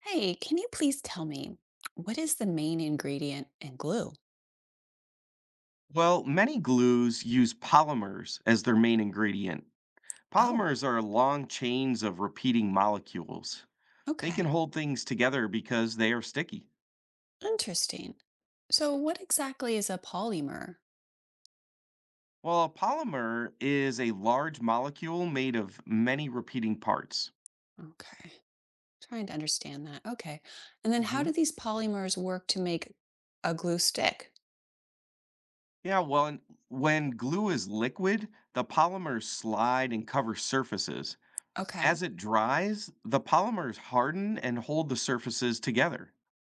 Hey, can you please tell me what is the main ingredient in glue? Well, many glues use polymers as their main ingredient. Oh, Polymers are long chains of repeating molecules. They can okay. hold things together because they are sticky. Interesting. So, what exactly is a polymer? Well, a polymer is a large molecule made of many repeating parts. Okay. Trying to understand that. Okay. And then, how do Mhm. these polymers work to make a glue stick? Yeah, well, and when glue is liquid, the polymers slide and cover surfaces. Okay. As it dries, the polymers harden and hold the surfaces together.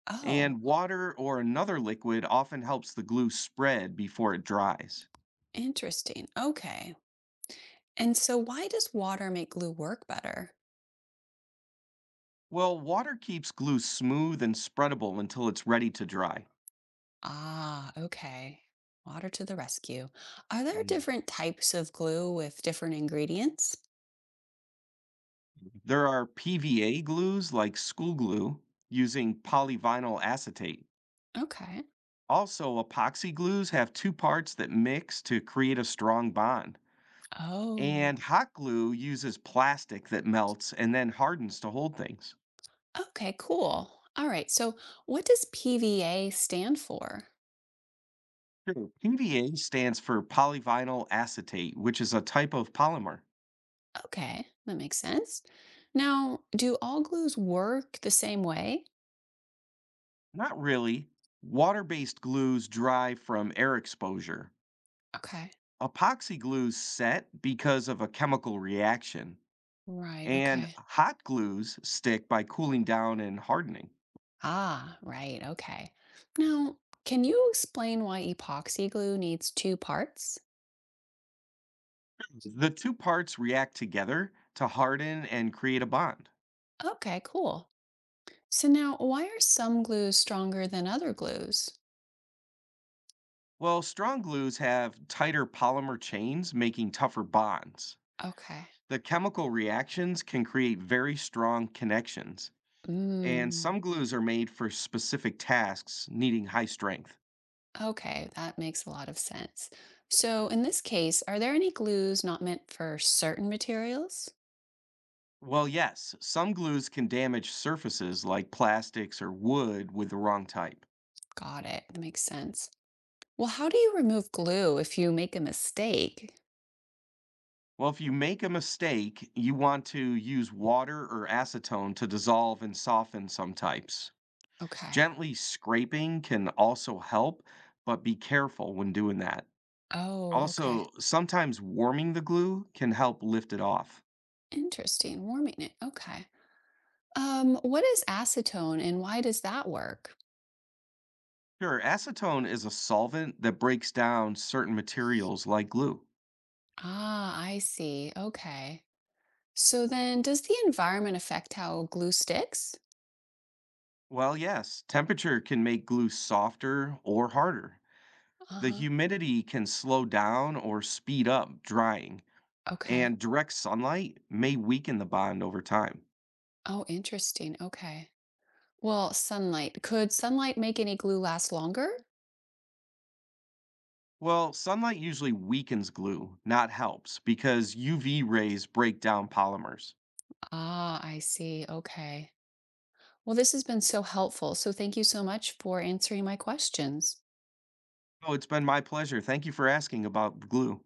Oh, And water or another liquid often helps the glue spread before it dries. interesting. Okay. And so, why does water make glue work better? Well, water keeps glue smooth and spreadable until it's ready to dry. Ah, okay. Water to the rescue. Are there Mm. different types of glue with different ingredients? There are PVA glues like school glue using polyvinyl acetate. Okay. Also, epoxy glues have two parts that mix to create a strong bond. Oh, And hot glue uses plastic that melts and then hardens to hold things. okay, cool. All right. So, what does PVA stand for? Sure. PVA stands for polyvinyl acetate, which is a type of polymer. Okay, that makes sense. Now, do all glues work the same way? Not really. Water based glues dry from air exposure. Okay, Epoxy glues set because of a chemical reaction. right, And okay. hot glues stick by cooling down and hardening. Ah, right, okay. Now, can you explain why epoxy glue needs two parts? The two parts react together to harden and create a bond. Okay, cool. So, now why are some glues stronger than other glues? Well, strong glues have tighter polymer chains, making tougher bonds. Okay. The chemical reactions can create very strong connections. And Mm. some glues are made for specific tasks needing high strength. Okay, that makes a lot of sense. So, in this case, are there any glues not meant for certain materials? Well, yes, some glues can damage surfaces like plastics or wood with the wrong type. Got it. That makes sense. Well, how do you remove glue if you make a mistake? Well, if you make a mistake, you want to use water or acetone to dissolve and soften some types. Okay. Gently scraping can also help, but be careful when doing that. Oh, okay. Also, sometimes warming the glue can help lift it off. Interesting. Warming it. Okay. What is acetone and why does that work? Sure, acetone is a solvent that breaks down certain materials like glue. Ah, I see. Okay. So then, does the environment affect how glue sticks? Well, yes, temperature can make glue softer or harder. The Uh-huh. humidity can slow down or speed up drying, Okay. and direct sunlight may weaken the bond over time. Oh, interesting. Okay. Well, sunlight. Could sunlight make any glue last longer? Well, sunlight usually weakens glue, not helps, because UV rays break down polymers. Ah, I see. Okay. Well, this has been so helpful. So thank you so much for answering my questions. Oh, it's been my pleasure. Thank you for asking about glue.